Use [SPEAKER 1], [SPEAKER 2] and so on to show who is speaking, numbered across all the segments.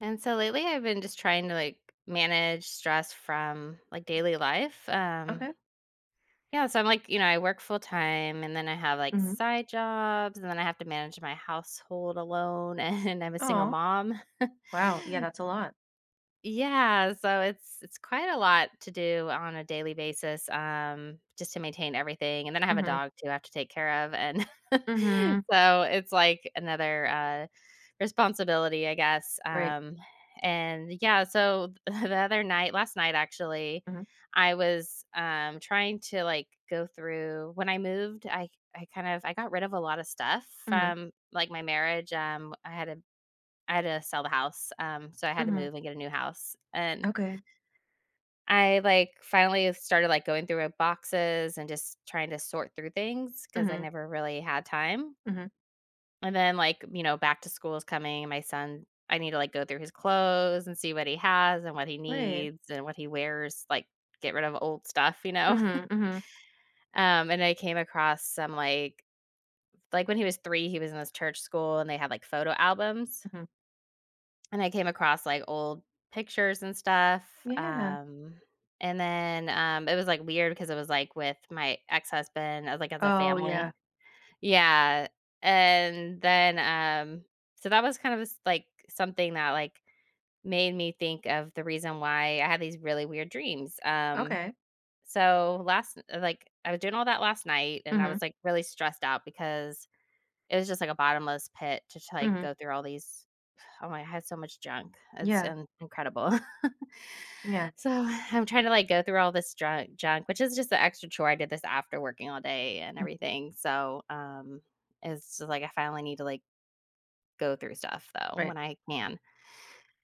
[SPEAKER 1] And so lately I've been just trying to manage stress from daily life.
[SPEAKER 2] Okay.
[SPEAKER 1] Yeah, so I'm like, you know, I work full time and then I have like
[SPEAKER 2] Mhm.
[SPEAKER 1] side jobs and then I have to manage my household alone and I'm a single
[SPEAKER 2] Oh,
[SPEAKER 1] mom.
[SPEAKER 2] wow. Yeah, that's a lot.
[SPEAKER 1] Yeah, so it's quite a lot to do on a daily basis just to maintain everything. And then I have a
[SPEAKER 2] Mhm.
[SPEAKER 1] dog too I have to take care of and
[SPEAKER 2] Mhm.
[SPEAKER 1] so it's like another responsibility, I guess.
[SPEAKER 2] Right.
[SPEAKER 1] And yeah, so the other night, last night actually,
[SPEAKER 2] Mhm.
[SPEAKER 1] I was trying to like go through when I moved. I I got rid of a lot of stuff
[SPEAKER 2] Mhm.
[SPEAKER 1] from like my marriage. I had to sell the house, so I had to
[SPEAKER 2] Mhm.
[SPEAKER 1] move and get a new house. And
[SPEAKER 2] Okay.
[SPEAKER 1] I like finally started like going through boxes and just trying to sort through things because I
[SPEAKER 2] Mhm.
[SPEAKER 1] never really had time.
[SPEAKER 2] Mhm.
[SPEAKER 1] And then, like, you know, back to school is coming. My son, I need to like go through his clothes and see what he has and what he
[SPEAKER 2] Right.
[SPEAKER 1] needs and what he wears, like get rid of old stuff,
[SPEAKER 2] Mhm. Mhm.
[SPEAKER 1] And I came across some like when he was three, he was in this church school and they had like photo albums.
[SPEAKER 2] Mhm.
[SPEAKER 1] And I came across like old pictures and stuff.
[SPEAKER 2] Yeah.
[SPEAKER 1] And then it was like weird because it was like with my ex-husband, as like as a
[SPEAKER 2] Oh,
[SPEAKER 1] family.
[SPEAKER 2] yeah.
[SPEAKER 1] Yeah, and then, so that was kind of s like, something that, like, made me think of the reason why I had these really weird dreams,
[SPEAKER 2] Okay.
[SPEAKER 1] so last like, I was doing all that last night, and I
[SPEAKER 2] Mhm.
[SPEAKER 1] was, like, really stressed out because it was just like a bottomless pit to, like,
[SPEAKER 2] Mhm.
[SPEAKER 1] go through all these oh my I had so much junk, it's
[SPEAKER 2] Yeah.
[SPEAKER 1] in incredible.
[SPEAKER 2] Yeah.
[SPEAKER 1] So, I'm trying to, like, go through all this drunk junk, which is just the extra chore. I did this after working all day and
[SPEAKER 2] Mhm.
[SPEAKER 1] everything, so, it's just like I finally need to, like go through stuff though
[SPEAKER 2] Right.
[SPEAKER 1] when I can.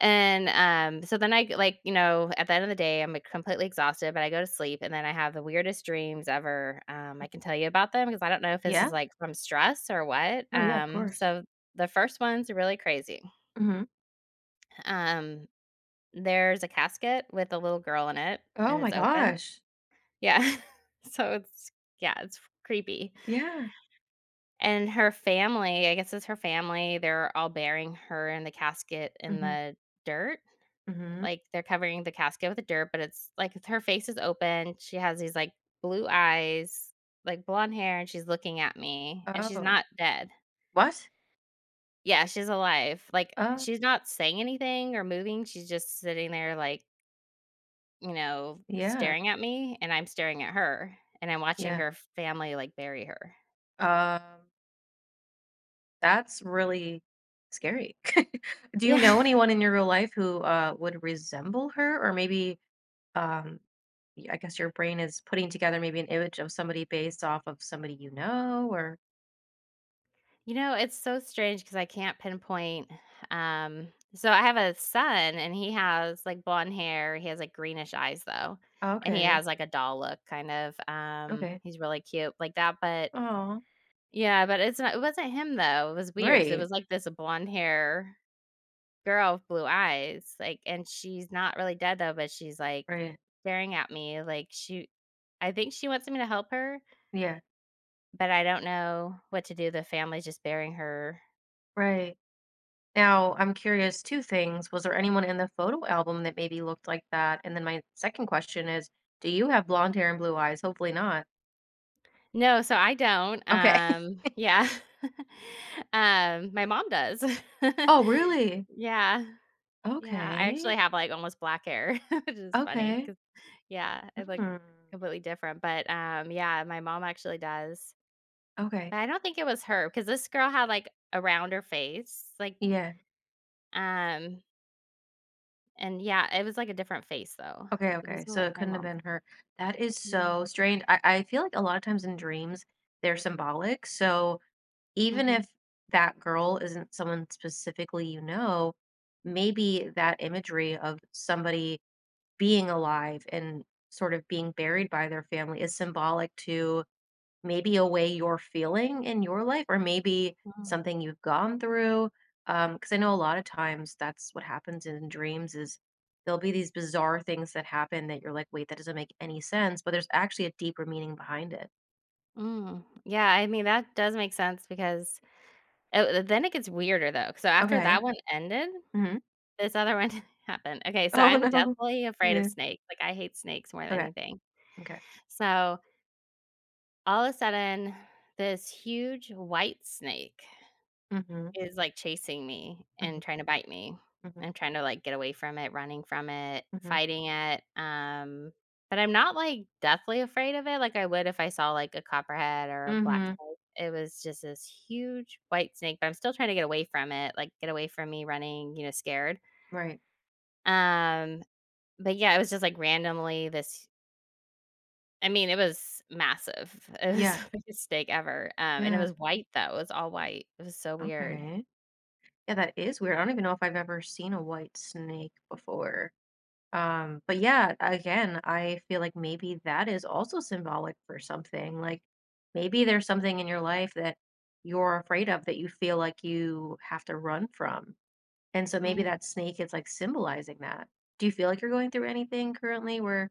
[SPEAKER 1] And, so then I like, you know, at the end of the day, I'm like completely exhausted, but I go to sleep and then I have the weirdest dreams ever. I can
[SPEAKER 2] Mhm.
[SPEAKER 1] tell you about them because I don't know if this is
[SPEAKER 2] Yeah.
[SPEAKER 1] like from stress or what.
[SPEAKER 2] No, yeah, of course.
[SPEAKER 1] So the first one's really crazy.
[SPEAKER 2] Mhm.
[SPEAKER 1] Um, there's a casket with a little girl in it
[SPEAKER 2] Oh
[SPEAKER 1] and
[SPEAKER 2] my
[SPEAKER 1] it's open.
[SPEAKER 2] gosh.
[SPEAKER 1] Yeah. So it's, yeah, it's creepy.
[SPEAKER 2] Yeah.
[SPEAKER 1] And her family, I guess it's her family, they're all burying her in the casket in
[SPEAKER 2] Mhm.
[SPEAKER 1] the dirt.
[SPEAKER 2] Mhm.
[SPEAKER 1] Like, they're covering the casket with dirt, but it's her face is open. She has these, like, blue eyes, like, blonde hair, and she's looking at me, and she's
[SPEAKER 2] Oh.
[SPEAKER 1] not dead.
[SPEAKER 2] What?
[SPEAKER 1] Yeah, she's alive. Like,
[SPEAKER 2] Uh.
[SPEAKER 1] she's not saying anything or moving. She's just sitting there, like,
[SPEAKER 2] Yeah.
[SPEAKER 1] staring at me, and I'm staring at her, and I'm watching
[SPEAKER 2] Yeah.
[SPEAKER 1] her family, like, bury her.
[SPEAKER 2] Um That's really scary. Do you
[SPEAKER 1] Yeah.
[SPEAKER 2] know anyone in your real life who, would resemble her? Or maybe, um, y I guess your brain is putting together maybe an image of somebody based off of somebody you know, or
[SPEAKER 1] You know, it's so strange because I can't pinpoint, so I have a son and he has, like, blonde hair, he has, like, greenish eyes though,
[SPEAKER 2] Oh,
[SPEAKER 1] and he
[SPEAKER 2] okay,
[SPEAKER 1] has, like, a doll look kind of,
[SPEAKER 2] okay.
[SPEAKER 1] he's really cute like that, but
[SPEAKER 2] Oh,
[SPEAKER 1] yeah, but it's not it wasn't him though, it was weird because it
[SPEAKER 2] right,
[SPEAKER 1] was, like, this blonde hair girl with blue eyes, like, and she's not really dead though, but she's, like,
[SPEAKER 2] right.
[SPEAKER 1] staring at me like she I think she wants me to help her,
[SPEAKER 2] Yeah,
[SPEAKER 1] but I don't know what to do, the family's just burying her.
[SPEAKER 2] right. Now, I'm curious, 2 things. Was there anyone in the photo album that maybe looked like that? And then my second question is, do you have blonde hair and blue eyes? Hopefully not.
[SPEAKER 1] No, so I don't,
[SPEAKER 2] Okay.
[SPEAKER 1] yeah. My mom does.
[SPEAKER 2] Oh, really?
[SPEAKER 1] Yeah, yeah, I
[SPEAKER 2] Okay,
[SPEAKER 1] actually have, like, almost black hair, which is funny
[SPEAKER 2] okay.
[SPEAKER 1] because yeah, I look
[SPEAKER 2] Hmm.
[SPEAKER 1] completely different, but, yeah, my mom actually does.
[SPEAKER 2] Okay.
[SPEAKER 1] But I don't think it was her because this girl had, like, a rounder face, like,
[SPEAKER 2] Yeah.
[SPEAKER 1] um and yeah, it was, like, a different face though.
[SPEAKER 2] Okay.
[SPEAKER 1] It
[SPEAKER 2] Okay.
[SPEAKER 1] wasn't
[SPEAKER 2] So
[SPEAKER 1] like
[SPEAKER 2] it
[SPEAKER 1] my
[SPEAKER 2] couldn't have
[SPEAKER 1] mom's.
[SPEAKER 2] been her. That is so
[SPEAKER 1] No.
[SPEAKER 2] strange. I feel like a lot of times in dreams, they're symbolic. So even
[SPEAKER 1] Mhm,
[SPEAKER 2] if that girl isn't someone specifically, maybe that imagery of somebody being alive and sort of being buried by their family is symbolic to maybe a way you're feeling in your life or maybe
[SPEAKER 1] mm,
[SPEAKER 2] something you've gone through because I know a lot of times that's what happens in dreams is there'll be these bizarre things that happen that you're like, wait, that doesn't make any sense, but there's actually a deeper meaning behind it.
[SPEAKER 1] mm. Yeah, I mean, that does make sense because oh, then it gets weirder though. So after
[SPEAKER 2] Okay.
[SPEAKER 1] that one ended,
[SPEAKER 2] Hmm.
[SPEAKER 1] this other one happened. Okay, so
[SPEAKER 2] Oh
[SPEAKER 1] I'm
[SPEAKER 2] no.
[SPEAKER 1] definitely afraid of
[SPEAKER 2] Yeah.
[SPEAKER 1] snakes. Like I hate snakes more than
[SPEAKER 2] Okay.
[SPEAKER 1] anything.
[SPEAKER 2] Okay.
[SPEAKER 1] So all of a sudden, this huge white snake
[SPEAKER 2] Mm-hmm.
[SPEAKER 1] is, like, chasing me
[SPEAKER 2] Mm-hmm.
[SPEAKER 1] and trying to bite me.
[SPEAKER 2] Mm-hmm.
[SPEAKER 1] I'm trying to, like, get away from it, running from it,
[SPEAKER 2] Mm-hmm.
[SPEAKER 1] fighting it, but I'm not, like, deathly afraid of it like I would if I saw, like, a copperhead or a black
[SPEAKER 2] Mm-hmm.
[SPEAKER 1] snake. It was just this huge white snake, but I'm still trying to get away from it, like, get away from me running, you know, scared,
[SPEAKER 2] Right.
[SPEAKER 1] um, but, yeah, it was just, like, randomly this I mean, it was massive. It was
[SPEAKER 2] Yeah.
[SPEAKER 1] the biggest snake ever, and it
[SPEAKER 2] Yeah.
[SPEAKER 1] was white, though. It was all white. It was so weird.
[SPEAKER 2] Okay. Yeah, that is weird. I don't even know if I've ever seen a white snake before. But yeah, again, I feel like maybe that is also symbolic for something. Like, maybe there's something in your life that you're afraid of that you feel like you have to run from. And so maybe
[SPEAKER 1] Mm.
[SPEAKER 2] that snake is like symbolizing that. Do you feel like you're going through anything currently where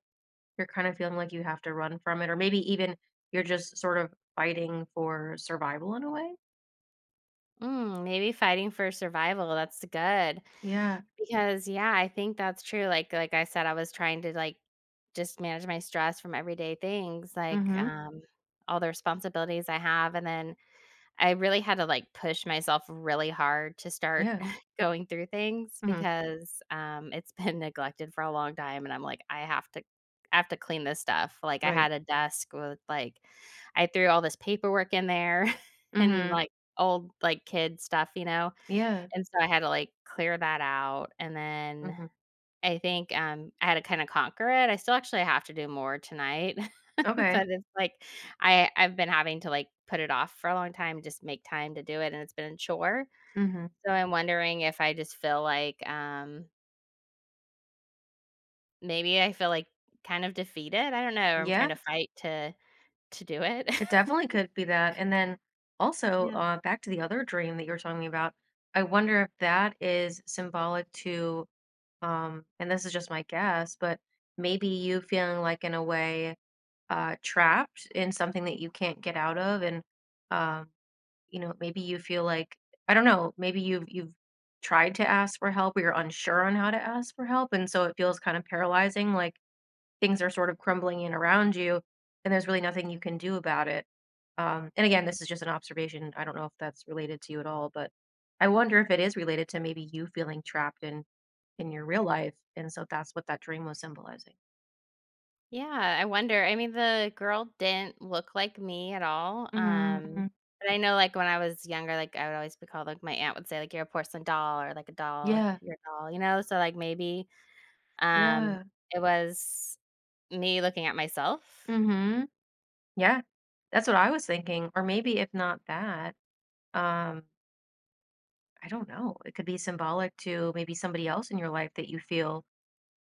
[SPEAKER 2] you're kind of feeling like you have to run from it? Or maybe even you're just sort of fighting for survival in a way?
[SPEAKER 1] Mm, maybe fighting for survival, that's good.
[SPEAKER 2] Yeah.
[SPEAKER 1] Because yeah, I think that's true. Like I said, I was trying to like just manage my stress from everyday things, like
[SPEAKER 2] Mm-hmm.
[SPEAKER 1] all the responsibilities I have and then I really had to, like, push myself really hard to start
[SPEAKER 2] Yeah.
[SPEAKER 1] going through things
[SPEAKER 2] Mm-hmm.
[SPEAKER 1] because, it's been neglected for a long time, and I'm like, I have to clean this stuff." Like, I
[SPEAKER 2] Right.
[SPEAKER 1] had a desk with, like I threw all this paperwork in there and,
[SPEAKER 2] Mm-hmm.
[SPEAKER 1] like, old, like, kid stuff, you know?
[SPEAKER 2] Yeah.
[SPEAKER 1] And so I had to, like, clear that out, and then
[SPEAKER 2] Mm-hmm.
[SPEAKER 1] I think, I had to kinda conquer it. I still actually have to do more tonight,
[SPEAKER 2] Okay.
[SPEAKER 1] but it's like I've been having to, like, put it off for a long time, just make time to do it, and it's been a chore.
[SPEAKER 2] Mm-hmm.
[SPEAKER 1] So I'm wondering if I just feel like, maybe I feel, like, kind of defeated? I don't know. I'm trying
[SPEAKER 2] Yeah.
[SPEAKER 1] to fight to do it.
[SPEAKER 2] It definitely could be that, and then also,
[SPEAKER 1] Yeah,
[SPEAKER 2] back to the other dream that you were talking me about, I wonder if that is symbolic to, and this is just my guess, but maybe you feeling like in a way, trapped in something that you can't get out of, and, um, maybe you feel like, I don't know, maybe you've tried to ask for help, or you're unsure on how to ask for help, and so it feels kind of paralyzing, like things are sort of crumbling in around you and there's really nothing you can do about it, and again,
[SPEAKER 1] yeah.
[SPEAKER 2] this is just an observation. I don't know if that's related to you at all, but I wonder if it is related to maybe you feeling trapped in your real life, and so that's what that dream was symbolizing.
[SPEAKER 1] Yeah, I wonder. I mean, the girl didn't look like me at all.
[SPEAKER 2] Mm-hmm.
[SPEAKER 1] But I know, like, when I was younger, like, I would always be called, like, my aunt would say, like, you're a porcelain doll or like a doll,
[SPEAKER 2] Yeah,
[SPEAKER 1] you're a doll, you know? So, like, maybe um,
[SPEAKER 2] yeah.
[SPEAKER 1] it was me looking at myself.
[SPEAKER 2] Mm-hmm. Yeah, that's what I was thinking. Or maybe if not that um I don't know, it could be symbolic to maybe somebody else in your life that you feel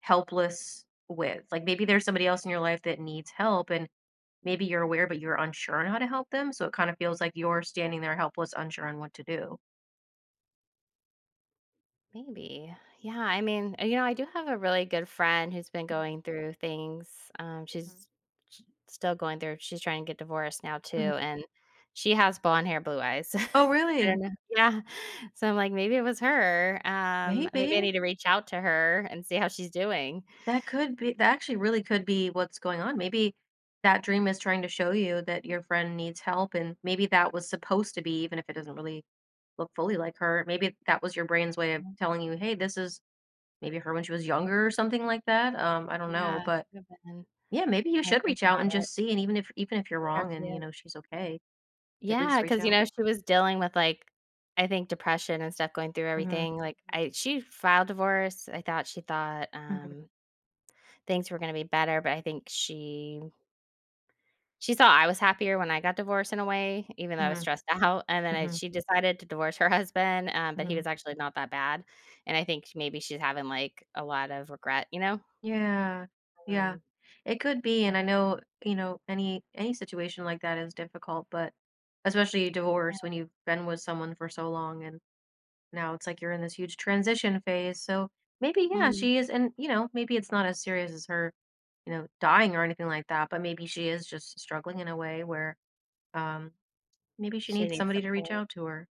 [SPEAKER 2] helpless with? Like, maybe there's somebody else in your life that needs help, and maybe you're aware, but you're unsure on how to help them, so it kind of feels like you're standing there helpless, unsure on what to do.
[SPEAKER 1] Maybe. Yeah, I mean, you know, I do have a really good friend who's been going through things.
[SPEAKER 2] Mhm,
[SPEAKER 1] She's sh- still going through. She's trying to get divorced now too,
[SPEAKER 2] mhm.
[SPEAKER 1] and she has blonde hair, blue eyes.
[SPEAKER 2] Oh,
[SPEAKER 1] I
[SPEAKER 2] really?
[SPEAKER 1] don't know. Yeah. So I'm like, maybe it was her. Maybe I
[SPEAKER 2] Maybe.
[SPEAKER 1] need to reach out to her and see how she's doing.
[SPEAKER 2] That could be that, actually, really could be what's going on. Maybe that dream is trying to show you that your friend needs help, and maybe that was supposed to be, even if it doesn't really look fully like her. Maybe that was your brain's way of
[SPEAKER 1] Mm,
[SPEAKER 2] telling you, hey, this is maybe her when she was younger or something like that. I don't know,
[SPEAKER 1] yeah, it
[SPEAKER 2] but
[SPEAKER 1] could have been.
[SPEAKER 2] yeah, maybe you
[SPEAKER 1] I
[SPEAKER 2] should
[SPEAKER 1] think
[SPEAKER 2] reach out
[SPEAKER 1] about
[SPEAKER 2] and
[SPEAKER 1] it.
[SPEAKER 2] just see, and even if you're
[SPEAKER 1] See how
[SPEAKER 2] wrong
[SPEAKER 1] she
[SPEAKER 2] and,
[SPEAKER 1] is.
[SPEAKER 2] she's okay, at
[SPEAKER 1] Yeah,
[SPEAKER 2] least reach
[SPEAKER 1] because you
[SPEAKER 2] out.
[SPEAKER 1] know, she was dealing with, like, I think depression and stuff going through
[SPEAKER 2] Mhm.
[SPEAKER 1] everything, like, I she filed divorce. I thought she thought,
[SPEAKER 2] Mhm.
[SPEAKER 1] things were gonna be better, but I think she saw I was happier when I got divorced in a way, even though I was
[SPEAKER 2] Mhm.
[SPEAKER 1] stressed out, and then I
[SPEAKER 2] Mhm.
[SPEAKER 1] she decided to divorce her husband, but he
[SPEAKER 2] Mhm.
[SPEAKER 1] was actually not that bad, and I think maybe she's having, like, a lot of regret, you know?
[SPEAKER 2] Yeah. Yeah.
[SPEAKER 1] Um,
[SPEAKER 2] It could be, and I know, any situation like that is difficult, but especially divorce, when you've been with someone for so long and now it's like you're in this huge transition phase. So maybe, yeah,
[SPEAKER 1] mhm.
[SPEAKER 2] she is, and maybe it's not as serious as her, dying or anything like that, but maybe she is just struggling in a way where um maybe she
[SPEAKER 1] She
[SPEAKER 2] needs
[SPEAKER 1] needs
[SPEAKER 2] somebody to reach
[SPEAKER 1] support.
[SPEAKER 2] out to her.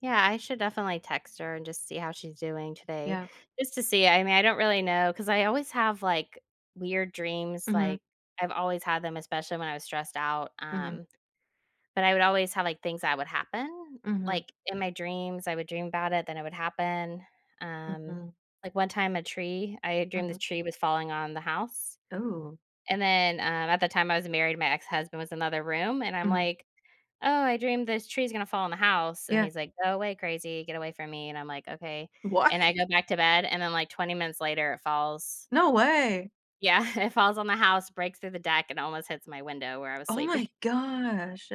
[SPEAKER 1] Yeah, I should definitely text her and just see how she's doing today,
[SPEAKER 2] Yeah.
[SPEAKER 1] just to see. I mean, I don't really know because I always have, like, weird dreams,
[SPEAKER 2] Mm.
[SPEAKER 1] like, I've always had them, especially when I was stressed out,
[SPEAKER 2] Mhm.
[SPEAKER 1] but I would always have, like, things that would happen,
[SPEAKER 2] Mm. Mhm.
[SPEAKER 1] like, in my dreams, I would dream about it, then it would happen, um,
[SPEAKER 2] Mm.
[SPEAKER 1] like, one time a tree I
[SPEAKER 2] Mhm. Mm.
[SPEAKER 1] dreamed
[SPEAKER 2] Mhm.
[SPEAKER 1] the
[SPEAKER 2] Mhm.
[SPEAKER 1] tree was falling on the house,
[SPEAKER 2] Mm.
[SPEAKER 1] and then, at the time I was married, my ex-husband was in another room, and I'm
[SPEAKER 2] Mhm.
[SPEAKER 1] like, "Oh, I dreamed this tree's gonna fall on the house," and
[SPEAKER 2] Yeah.
[SPEAKER 1] he's like, "Go away, crazy, get away from me," and I'm like, "Okay,"
[SPEAKER 2] What?
[SPEAKER 1] and I go back to bed, and then, like, 20 minutes later, it falls.
[SPEAKER 2] No way.
[SPEAKER 1] Yeah, it falls on the house, breaks through the deck, and almost hits my window where I was
[SPEAKER 2] Oh
[SPEAKER 1] sleeping.
[SPEAKER 2] my gosh.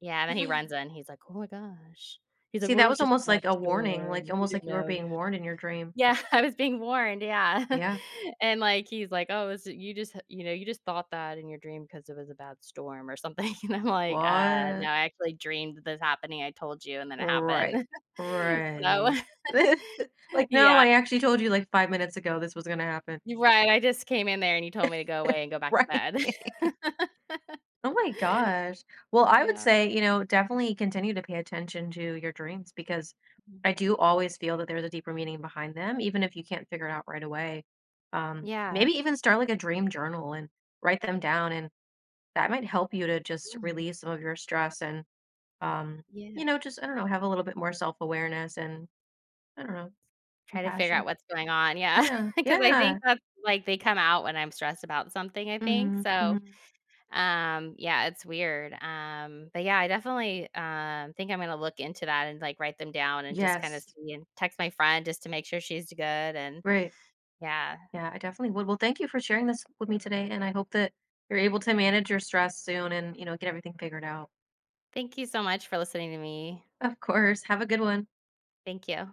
[SPEAKER 1] Yeah, and then he runs in, he's like, "Oh my gosh." He's like,
[SPEAKER 2] See,
[SPEAKER 1] "Well,
[SPEAKER 2] that
[SPEAKER 1] it was
[SPEAKER 2] was
[SPEAKER 1] just a
[SPEAKER 2] almost
[SPEAKER 1] bad
[SPEAKER 2] like a warning,
[SPEAKER 1] storm,
[SPEAKER 2] like
[SPEAKER 1] you
[SPEAKER 2] almost like
[SPEAKER 1] didn't
[SPEAKER 2] you were
[SPEAKER 1] know."
[SPEAKER 2] being warned in your dream.
[SPEAKER 1] Yeah, I was being warned, yeah.
[SPEAKER 2] Yeah.
[SPEAKER 1] And, like, he's like, "Oh, is it you just you know, you just thought that in your dream because it was a bad storm or something," and I'm like, no,
[SPEAKER 2] What?
[SPEAKER 1] I actually dreamed this happening, I told you, and then it happened."
[SPEAKER 2] Right.
[SPEAKER 1] So,
[SPEAKER 2] Right. Like, no,
[SPEAKER 1] yeah.
[SPEAKER 2] I actually told you like 5 minutes ago this was gonna happen.
[SPEAKER 1] You're right, I just came in there and you told me to go away and go back to
[SPEAKER 2] Right.
[SPEAKER 1] bed.
[SPEAKER 2] Oh my gosh. Well, I would
[SPEAKER 1] Yeah.
[SPEAKER 2] say, definitely continue to pay attention to your dreams, because
[SPEAKER 1] Mhm.
[SPEAKER 2] I do always feel that there's a deeper meaning behind them, even if you can't figure it out right away.
[SPEAKER 1] Yeah.
[SPEAKER 2] Maybe even start like a dream journal and write them down, and that might help you to just
[SPEAKER 1] Mhm.
[SPEAKER 2] release some of your stress and, um,
[SPEAKER 1] Yeah.
[SPEAKER 2] just, I don't know, have a little bit more self awareness and, I don't know,
[SPEAKER 1] Try to figure out
[SPEAKER 2] compassion.
[SPEAKER 1] what's going on, yeah,
[SPEAKER 2] Yeah,
[SPEAKER 1] because I
[SPEAKER 2] yeah.
[SPEAKER 1] think that's like, they come out when I'm stressed about something, I think,
[SPEAKER 2] Hmm,
[SPEAKER 1] so
[SPEAKER 2] hmm.
[SPEAKER 1] Yeah, it's weird. But yeah, I definitely, think I'm gonna look into that and, like, write them down and just kinda
[SPEAKER 2] Yes,
[SPEAKER 1] see and text my friend just to make sure she's good and
[SPEAKER 2] right.
[SPEAKER 1] yeah.
[SPEAKER 2] Yeah, I definitely would. Well, thank you for sharing this with me today, and I hope that you're able to manage your stress soon and, get everything figured out.
[SPEAKER 1] Thank you so much for listening to me.
[SPEAKER 2] Of course. Have a good one.
[SPEAKER 1] Thank you.